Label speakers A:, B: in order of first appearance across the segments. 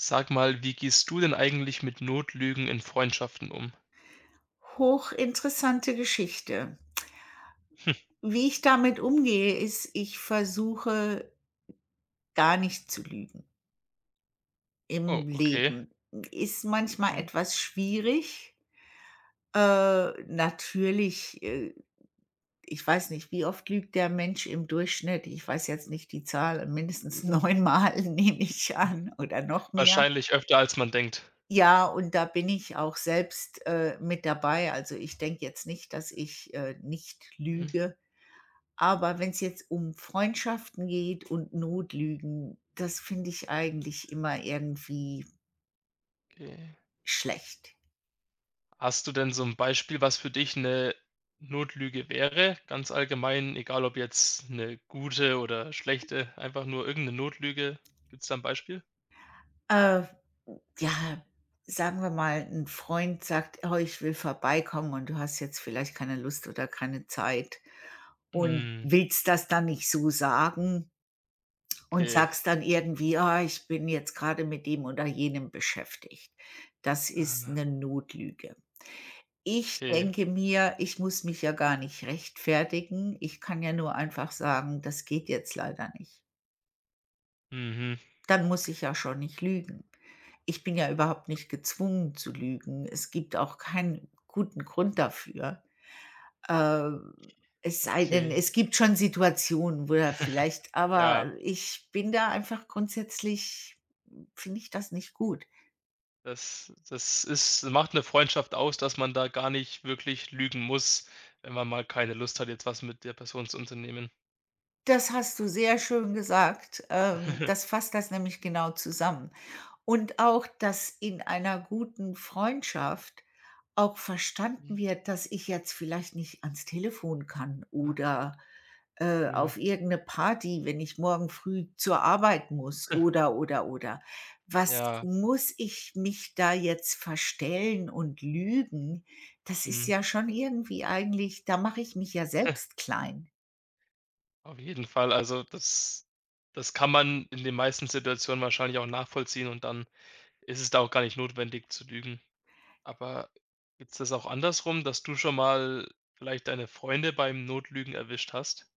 A: Sag mal, wie gehst du denn eigentlich mit Notlügen in Freundschaften um?
B: Hochinteressante Geschichte.
A: Hm.
B: Wie ich damit umgehe, ist, ich versuche gar nicht zu lügen
A: Oh,
B: im
A: okay.
B: Leben. Ist manchmal
A: Hm.
B: etwas schwierig. Äh, natürlich, äh, Ich weiß nicht, wie oft lügt der Mensch im Durchschnitt? Ich weiß jetzt nicht die Zahl, mindestens neunmal nehme ich an oder noch mehr.
A: Wahrscheinlich öfter, als man denkt.
B: Ja, und da bin ich auch selbst, mit dabei. Also, ich denke jetzt nicht, dass ich, nicht
A: Hm,
B: lüge. Aber wenn es jetzt um Freundschaften geht und Notlügen, das finde ich eigentlich immer irgendwie
A: okay.
B: schlecht.
A: Hast du denn so ein Beispiel, was für dich eine Notlüge wäre? Ganz allgemein, egal ob jetzt eine gute oder schlechte, einfach nur irgendeine 'ne Notlüge. Gibt's da ein Beispiel?
B: Äh, ja, sagen wir mal, ein Freund sagt: „Oh, ich will vorbeikommen und du hast jetzt vielleicht keine Lust oder keine Zeit“, und
A: Hm,
B: willst das dann nicht so sagen und
A: okay.
B: sagst dann irgendwie: „Ah, ich bin jetzt gerade mit dem oder jenem beschäftigt.“ Das ist
A: Ah,
B: eine Notlüge. Ich
A: okay.
B: denke mir, ich muss mich ja gar nicht rechtfertigen. Ich kann ja nur einfach sagen: „Das geht jetzt leider nicht.“
A: Mhm,
B: Dann muss ich ja schon nicht lügen. Ich bin ja überhaupt nicht gezwungen zu lügen. Es gibt auch keinen guten Grund dafür. Ähm, Es sei denn,
A: okay.
B: es gibt schon Situationen, wo er vielleicht,
A: Ja.
B: aber ich bin da einfach grundsätzlich finde ich das nicht gut.
A: Das ist macht eine Freundschaft aus, dass man da gar nicht wirklich lügen muss, wenn man mal keine Lust hat, jetzt was mit der Person zu unternehmen.
B: Das hast du sehr schön gesagt. Das fasst das nämlich genau zusammen. Und auch, dass in einer guten Freundschaft auch verstanden
A: Mhm.
B: wird, dass ich jetzt vielleicht nicht ans Telefon kann
A: Ah,
B: oder,
A: mhm.
B: auf irgendeine Party, wenn ich morgen früh zur Arbeit muss, oder, oder. Was
A: Ja,
B: muss ich mich da jetzt verstellen und lügen? Das ist
A: mhm.
B: ja schon irgendwie eigentlich da mache ich mich ja selbst klein.
A: Auf jeden Fall. Also, das kann man in den meisten Situationen wahrscheinlich auch nachvollziehen und dann ist es da auch gar nicht notwendig zu lügen. Aber gibt es das auch andersrum, dass du schon mal vielleicht deine Freunde beim Notlügen erwischt hast?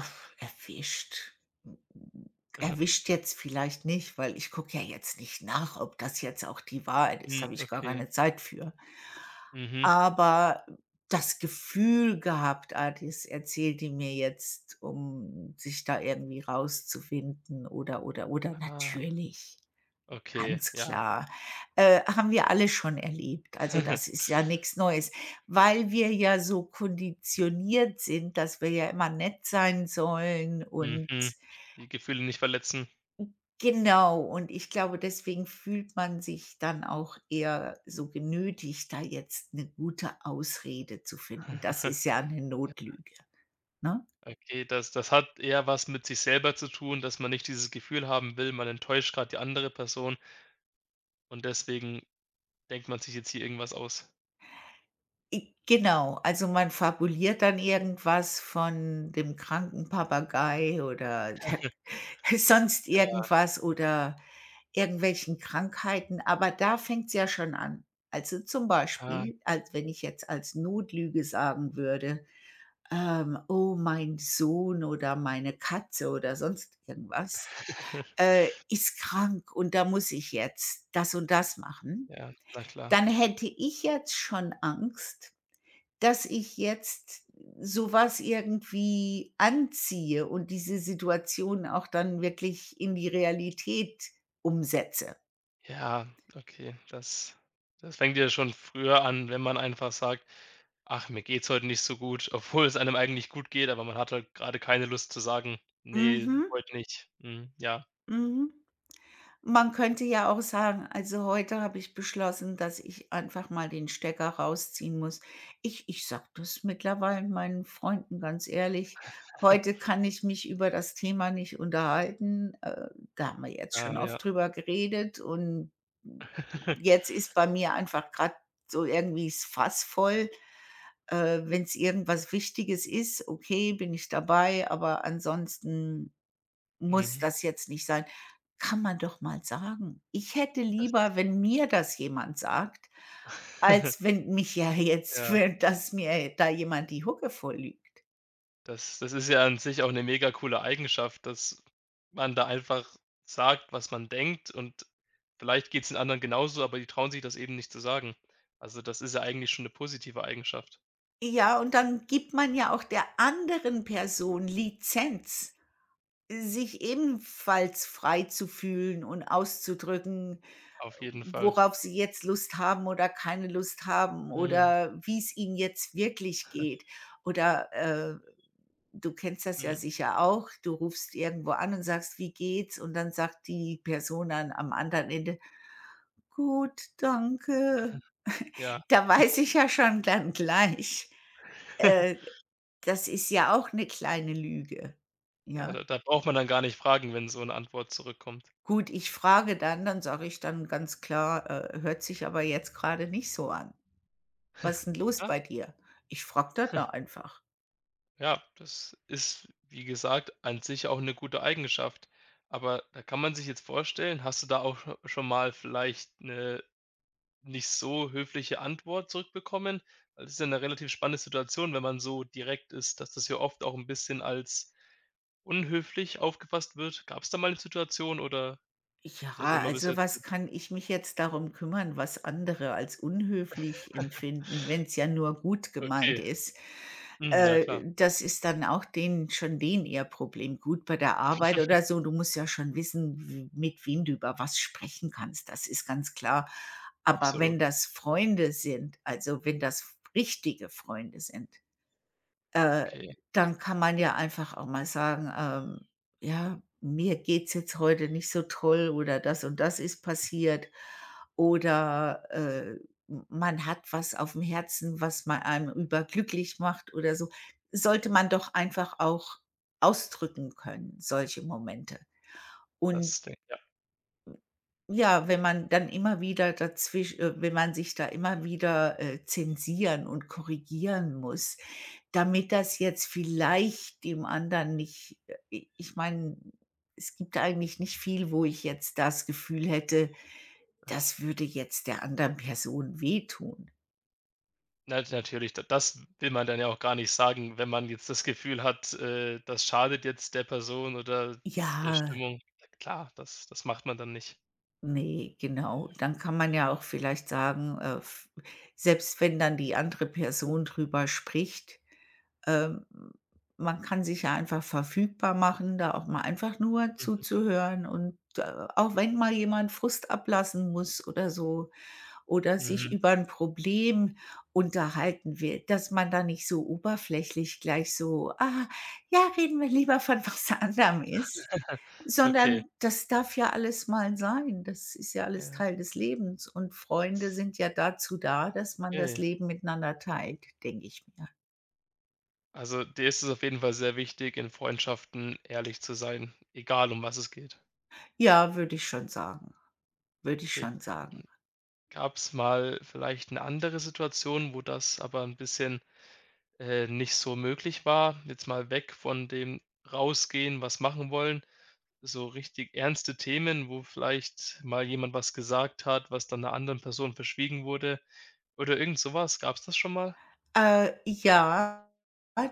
B: Uff, erwischt.
A: Mhm.
B: Erwischt jetzt vielleicht nicht, weil ich gucke ja jetzt nicht nach, ob das jetzt auch die Wahrheit ist,
A: Hm,
B: habe ich gar
A: okay.
B: keine Zeit für.
A: Mhm.
B: Aber das Gefühl gehabt, ah, das erzählt die mir jetzt, um sich da irgendwie rauszuwinden, oder, oder.
A: Ah,
B: Natürlich.
A: okay,
B: Ganz
A: ja.
B: klar. Haben wir alle schon erlebt. Also, das ist ja nichts Neues, weil wir ja so konditioniert sind, dass wir ja immer nett sein sollen und
A: Mhm. Die Gefühle nicht verletzen.
B: genau, und ich glaube, deswegen fühlt man sich dann auch eher so genötigt, da jetzt eine gute Ausrede zu finden. Das ist ja eine
A: Ja.
B: Notlüge, ne?
A: Okay, das hat eher was mit sich selber zu tun, dass man nicht dieses Gefühl haben will, man enttäuscht gerade die andere Person und deswegen denkt man sich jetzt hier irgendwas aus.
B: I Genau, also man fabuliert dann irgendwas von dem kranken Papagei oder der sonst
A: Ja,
B: irgendwas oder irgendwelchen Krankheiten, aber da fängt's ja schon an. Also zum
A: ah.
B: Beispiel, als wenn ich jetzt als Notlüge sagen würde, „Oh, mein Sohn oder meine Katze“ oder sonst irgendwas, „ist krank und da muss ich jetzt das und das machen.“
A: Ja, na klar.
B: Dann hätte ich jetzt schon Angst, dass ich jetzt so was irgendwie anziehe und diese Situation auch dann wirklich in die Realität umsetze.
A: Ja, okay, das fängt ja schon früher an, wenn man einfach sagt: „Ach, mir geht's heute nicht so gut“, obwohl es einem eigentlich gut geht, aber man hat halt grade keine Lust zu sagen: nee,
B: Mhm,
A: heute nicht.“ Mhm, ja.
B: mhm. Man könnte ja auch sagen: „Also, heute habe ich beschlossen, dass ich einfach mal den Stecker rausziehen muss.“ Ich sage das mittlerweile meinen Freunden ganz ehrlich: „Heute kann ich mich über das Thema nicht unterhalten. Da haben wir jetzt
A: Ah,
B: schon
A: ja.
B: oft drüber geredet und jetzt ist bei mir einfach gerade so irgendwie das Fass voll. Wenn es irgendwas Wichtiges ist, okay, bin ich dabei, aber ansonsten muss
A: Mhm.
B: das jetzt nicht sein. Kann man doch mal sagen. Ich hätte lieber, wenn mir das jemand sagt, als wenn mich ja jetzt
A: Ja,
B: wenn dass mir da jemand die Hucke vorlügt.
A: das ist ja an sich auch eine mega coole Eigenschaft, dass man da einfach sagt, was man denkt und vielleicht geht's den anderen genauso, aber die trauen sich das eben nicht zu sagen. Also, das ist ja eigentlich schon eine positive Eigenschaft.
B: Ja, und dann gibt man ja auch der anderen Person Lizenz, sich ebenfalls frei zu fühlen und auszudrücken,
A: Auf jeden Fall.
B: worauf sie jetzt Lust haben oder keine Lust haben
A: Mhm,
B: oder wie es ihnen jetzt wirklich geht. Oder, du kennst das ja
A: mhm,
B: sicher auch, du rufst irgendwo an und sagst: „Wie geht's?“ Und dann sagt die Person an am anderen Ende: „Gut, danke.“
A: ja.
B: Da weiß ich ja schon dann gleich, äh, das ist ja auch eine kleine Lüge,
A: Ja,
B: ja?
A: da braucht man dann gar nicht fragen, wenn so eine Antwort zurückkommt.
B: Gut, ich frage dann, dann sage ich dann ganz klar: „ hört sich aber jetzt gerade nicht so an.“ Was ist 'n los
A: Ja,
B: bei dir? Ich frage das da einfach.
A: ja, das ist, wie gesagt, an sich auch eine gute Eigenschaft. Aber da kann man sich jetzt vorstellen hast du da auch schon mal vielleicht eine nicht so höfliche Antwort zurückbekommen, weil das ist ja eine relativ spannende Situation, wenn man so direkt ist, dass das ja oft auch ein bisschen als unhöflich aufgefasst wird. Gab es da mal eine Situation oder ist das
B: Ja,
A: immer bis
B: also,
A: jetzt
B: was
A: gut?
B: kann ich mich jetzt darum kümmern, was andere als unhöflich empfinden, wenn es ja nur gut
A: Okay.
B: gemeint ist?
A: Mhm, ja klar,
B: Das ist dann auch denen schon denen ihr Problem. Gut, bei der Arbeit oder so, du musst ja schon wissen, w mit wem du über was sprechen kannst, das ist ganz klar. Aber
A: absolut.
B: wenn das Freunde sind, also, wenn das richtige Freunde sind. Äh,
A: Okay,
B: dann kann man ja einfach auch mal sagen, „Ja, mir geht's jetzt heute nicht so toll“ oder „das und das ist passiert“ oder, m man hat was auf dem Herzen, was man einem überglücklich macht oder so. Sollte man doch einfach auch ausdrücken können, solche Momente. Und
A: das denke ja.
B: ja, wenn man dann immer wieder dazwischen, wenn man sich da immer wieder, zensieren und korrigieren muss, damit das jetzt vielleicht dem anderen nicht i ich meine, es gibt eigentlich nicht viel, wo ich jetzt das Gefühl hätte, das würde jetzt der anderen Person wehtun.
A: Na, natürlich, da das will man dann ja auch gar nicht sagen, wenn man jetzt das Gefühl hat, das schadet jetzt der Person oder der
B: Ja,
A: Stimmung. Klar, das macht man dann nicht.
B: ne, genau. Dann kann man ja auch vielleicht sagen, f selbst wenn dann die andere Person drüber spricht, ähm, man kann sich ja einfach verfügbar machen, da auch mal einfach nur
A: Mhm,
B: zuzuhören und, auch wenn mal jemand Frust ablassen muss oder so, oder sich
A: mhm.
B: über ein Problem unterhalten will, dass man da nicht so oberflächlich gleich so: „Ah, ja, reden wir lieber von was anderem“ ist,
A: Okay,
B: sondern das darf ja alles mal sein. Das ist ja alles
A: ja.
B: Teil des Lebens und Freunde sind ja dazu da, dass man das
A: Okay.
B: Leben miteinander teilt, denke ich mir.
A: Also, dir ist es auf jeden Fall sehr wichtig, in Freundschaften ehrlich zu sein, egal um was es geht.
B: Ja, würde ich schon sagen, würde ich
A: Okay.
B: schon sagen.
A: Gab es mal vielleicht eine andere Situation, wo das aber ein bisschen, nicht so möglich war? Jetzt mal weg von dem Rausgehen, was machen wollen, so richtig ernste Themen, wo vielleicht mal jemand was gesagt hat, was dann einer anderen Person verschwiegen wurde oder irgend so Gab es das schon mal?
B: Ja,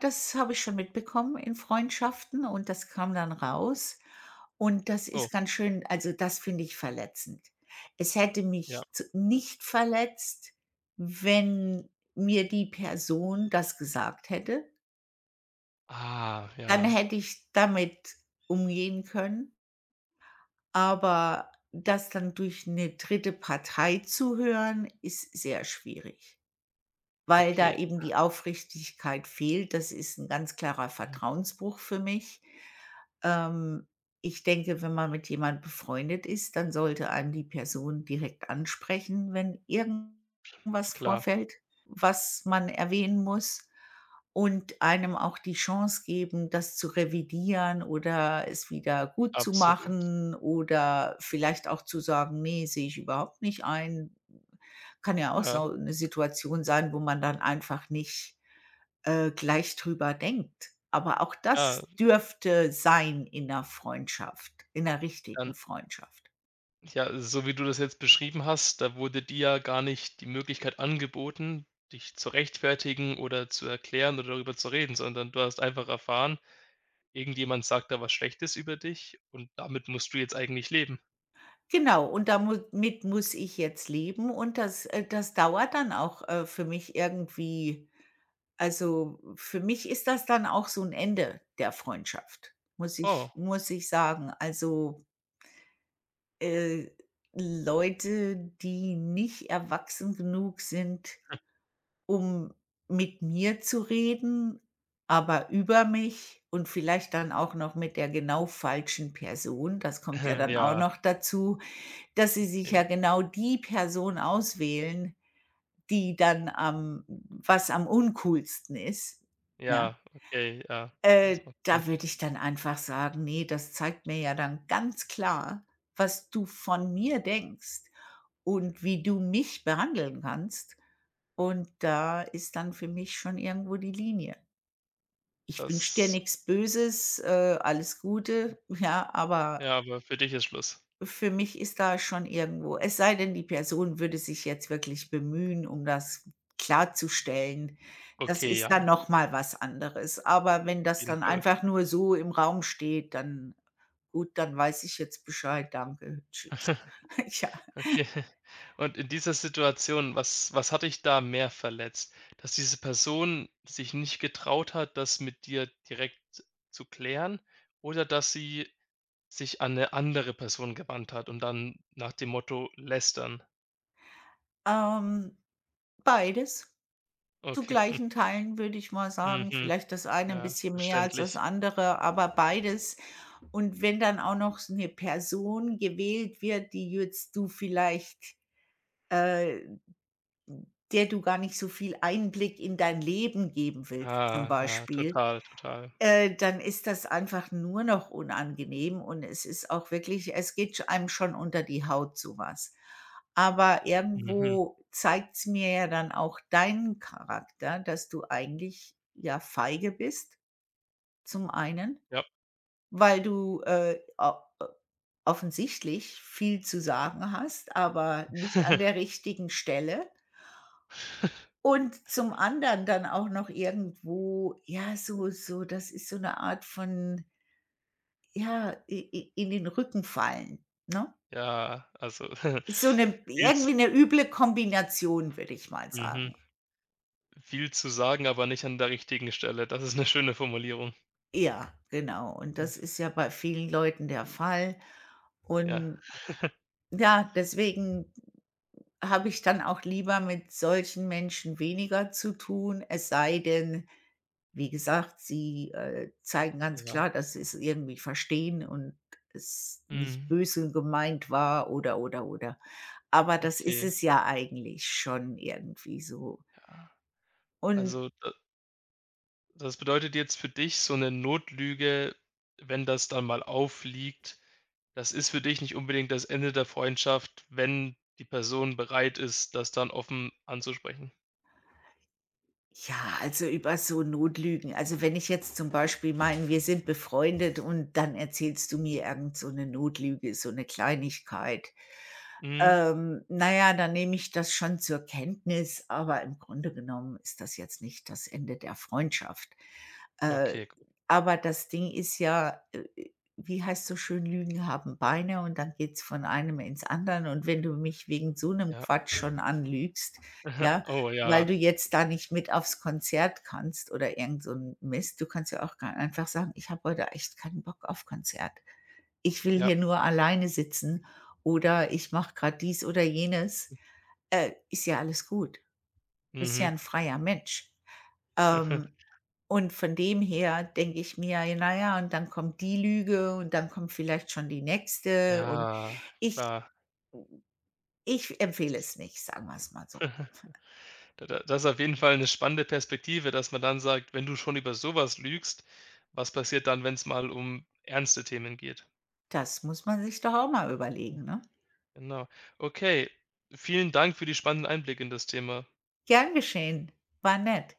B: das habe ich schon mitbekommen in Freundschaften und das kam dann raus. Und das
A: Oh,
B: ist ganz schön, also, das finde ich verletzend. Es hätte
A: ja.
B: mich z nicht verletzt, wenn mir die Person das gesagt hätte.
A: Ah,
B: Dann
A: ja,
B: hätte ich damit umgehen können, aber das dann durch eine dritte Partei zu hören, ist sehr schwierig. Weil da
A: okay.
B: eben die Aufrichtigkeit fehlt. Das ist ein ganz klarer
A: Mhm,
B: Vertrauensbruch für mich. Ähm, Ich denke, wenn man mit jemand befreundet ist, dann sollte einen die Person direkt ansprechen, wenn irgendwas
A: klar,
B: vorfällt, was man erwähnen muss und einem auch die Chance geben, das zu revidieren oder es wieder gut zu
A: absolut.
B: machen oder vielleicht auch zu sagen: nee, sehe ich überhaupt nicht ein. Kann ja auch
A: Ja,
B: so 'ne Situation sein, wo man dann einfach nicht, gleich drüber denkt. Aber auch
A: ja,
B: das dürfte sein in 'ner Freundschaft, in 'ner
A: ja.
B: richtigen Freundschaft.
A: Ja, so wie du das jetzt beschrieben hast, da wurde dir ja gar nicht die Möglichkeit angeboten, dich zu rechtfertigen oder zu erklären oder darüber zu reden, sondern du hast einfach erfahren, irgendjemand sagt da was Schlechtes über dich und damit musst du jetzt eigentlich leben.
B: Genau, und damit mit muss ich jetzt leben und das das dauert dann auch, für mich irgendwie, also, für mich ist das dann auch so 'n Ende der Freundschaft, muss
A: Oh,
B: ich muss ich sagen. Also, äh, Leute, die nicht erwachsen genug sind, um mit mir zu reden, aber über mich und vielleicht dann auch noch mit der genau falschen Person. Das kommt ja dann auch
A: ja,
B: noch dazu, dass sie sich ja
A: okay.
B: genau die Person auswählen, die dann am was am uncoolsten ist. Ja.
A: Ja, okay, ja. Das macht Sinn.
B: Da würde ich dann einfach sagen: nee, das zeigt mir ja dann ganz klar, was du von mir denkst und wie du mich behandeln kannst.“ Und da ist dann für mich schon irgendwo die Linie. Ich wünsche dir
A: Das
B: nichts Böses, alles Gute, ja, aber
A: ja, aber für dich ist Schluss.
B: für mich ist da schon irgendwo, es sei denn, die Person würde sich jetzt wirklich bemühen, um das klarzustellen. Das
A: Okay,
B: ist
A: ja, auf
B: dann noch mal was anderes. Aber wenn das
A: jeden
B: dann
A: Fall.
B: einfach nur so im Raum steht, dann gut, dann weiß ich jetzt Bescheid. Danke, tschüss. Ja,
A: Okay. Und in dieser Situation, was hat dich da mehr verletzt? Dass diese Person sich nicht getraut hat, das mit dir direkt zu klären oder dass sie sich an eine andere Person gewandt hat und dann nach dem Motto lästern?
B: ähm, beides zu
A: Okay.
B: gleichen Teilen, würde ich mal
A: Hm.
B: sagen.
A: Mhm.
B: Vielleicht das eine ein
A: Ja,
B: bisschen mehr als das
A: verständlich.
B: andere, aber beides. Und wenn dann auch noch s 'ne Person gewählt wird, die jetzt du vielleicht Äh, der du gar nicht so viel Einblick in dein Leben geben willst zum
A: Ah, ja,
B: Beispiel,
A: total, total.
B: dann ist das einfach nur noch unangenehm und es ist auch wirklich es geht sch einem schon unter die Haut sowas. Aber
A: Mhm.
B: irgendwo zeigt es mir ja dann auch deinen Charakter, dass du eigentlich, ja, feige bist, zum einen,
A: Ja.
B: weil du, o offensichtlich viel zu sagen hast, aber nicht an der richtigen Stelle. Und zum anderen dann auch noch irgendwo, ja, so das ist so eine Art von, ja, i i in den Rücken fallen, ne?
A: Ja, also,
B: Ist so eine
A: viel
B: irgendwie eine üble Kombination, würde ich mal
A: mhm.
B: sagen.
A: Viel zu sagen, aber nicht an der richtigen Stelle. Das ist 'ne schöne Formulierung.
B: Ja, genau. Und
A: Hm,
B: das ist ja bei vielen Leuten der Fall.
A: ja.
B: Und ja, deswegen habe ich dann auch lieber mit solchen Menschen weniger zu tun, es sei denn. Wie gesagt, sie, zeigen ganz
A: Ja.
B: klar, dass sie es irgendwie verstehen und es nicht
A: Mhm.
B: böse gemeint war, oder, oder. Aber das ist
A: Okay.
B: es ja eigentlich schon irgendwie so.
A: Ah,
B: Und
A: also, da das bedeutet jetzt für dich so 'ne Notlüge, wenn das dann mal auffliegt, das ist für dich nicht unbedingt das Ende der Freundschaft, wenn die Person bereit ist, das dann offen anzusprechen.
B: ja, also über so Notlügen. Also wenn ich jetzt zum Beispiel meine, wir sind befreundet und dann erzählst du mir irgend so eine Notlüge, so eine Kleinigkeit.
A: Mhm.
B: Na ja, dann nehme ich das schon zur Kenntnis, aber im Grunde genommen ist das jetzt nicht das Ende der Freundschaft. Äh,
A: Okay, gut,
B: aber das Ding ist ja, wie heißt so schön: „Lügen haben Beine“, und dann geht's von einem ins anderen und wenn du mich wegen so 'nem
A: ja.
B: Quatsch schon anlügst, ja,
A: Oh
B: weil
A: ja,
B: du jetzt da nicht mit aufs Konzert kannst oder irgend so 'n Mist. Du kannst ja auch ga einfach sagen: „Ich habe heute echt keinen Bock auf Konzert. Ich will
A: ja.
B: hier nur alleine sitzen oder ich mache grad dies oder jenes.“ Ist ja alles gut. Bist ja
A: Mhm.
B: 'n freier Mensch. Ähm, und von dem her denke ich mir: „Ja, na ja, und dann kommt die Lüge und dann kommt vielleicht schon die nächste“, und
A: Ja,
B: ich
A: klar.
B: ich empfehle es nicht, sagen wir's mal so.
A: Da das ist auf jeden Fall eine spannende Perspektive, dass man dann sagt: „Wenn du schon über sowas lügst, was passiert dann, wenn es mal um ernste Themen geht?“
B: Das muss man sich doch auch mal überlegen, ne?
A: Genau. Okay, vielen Dank für die spannenden Einblicke in das Thema.
B: Gern geschehen. War nett.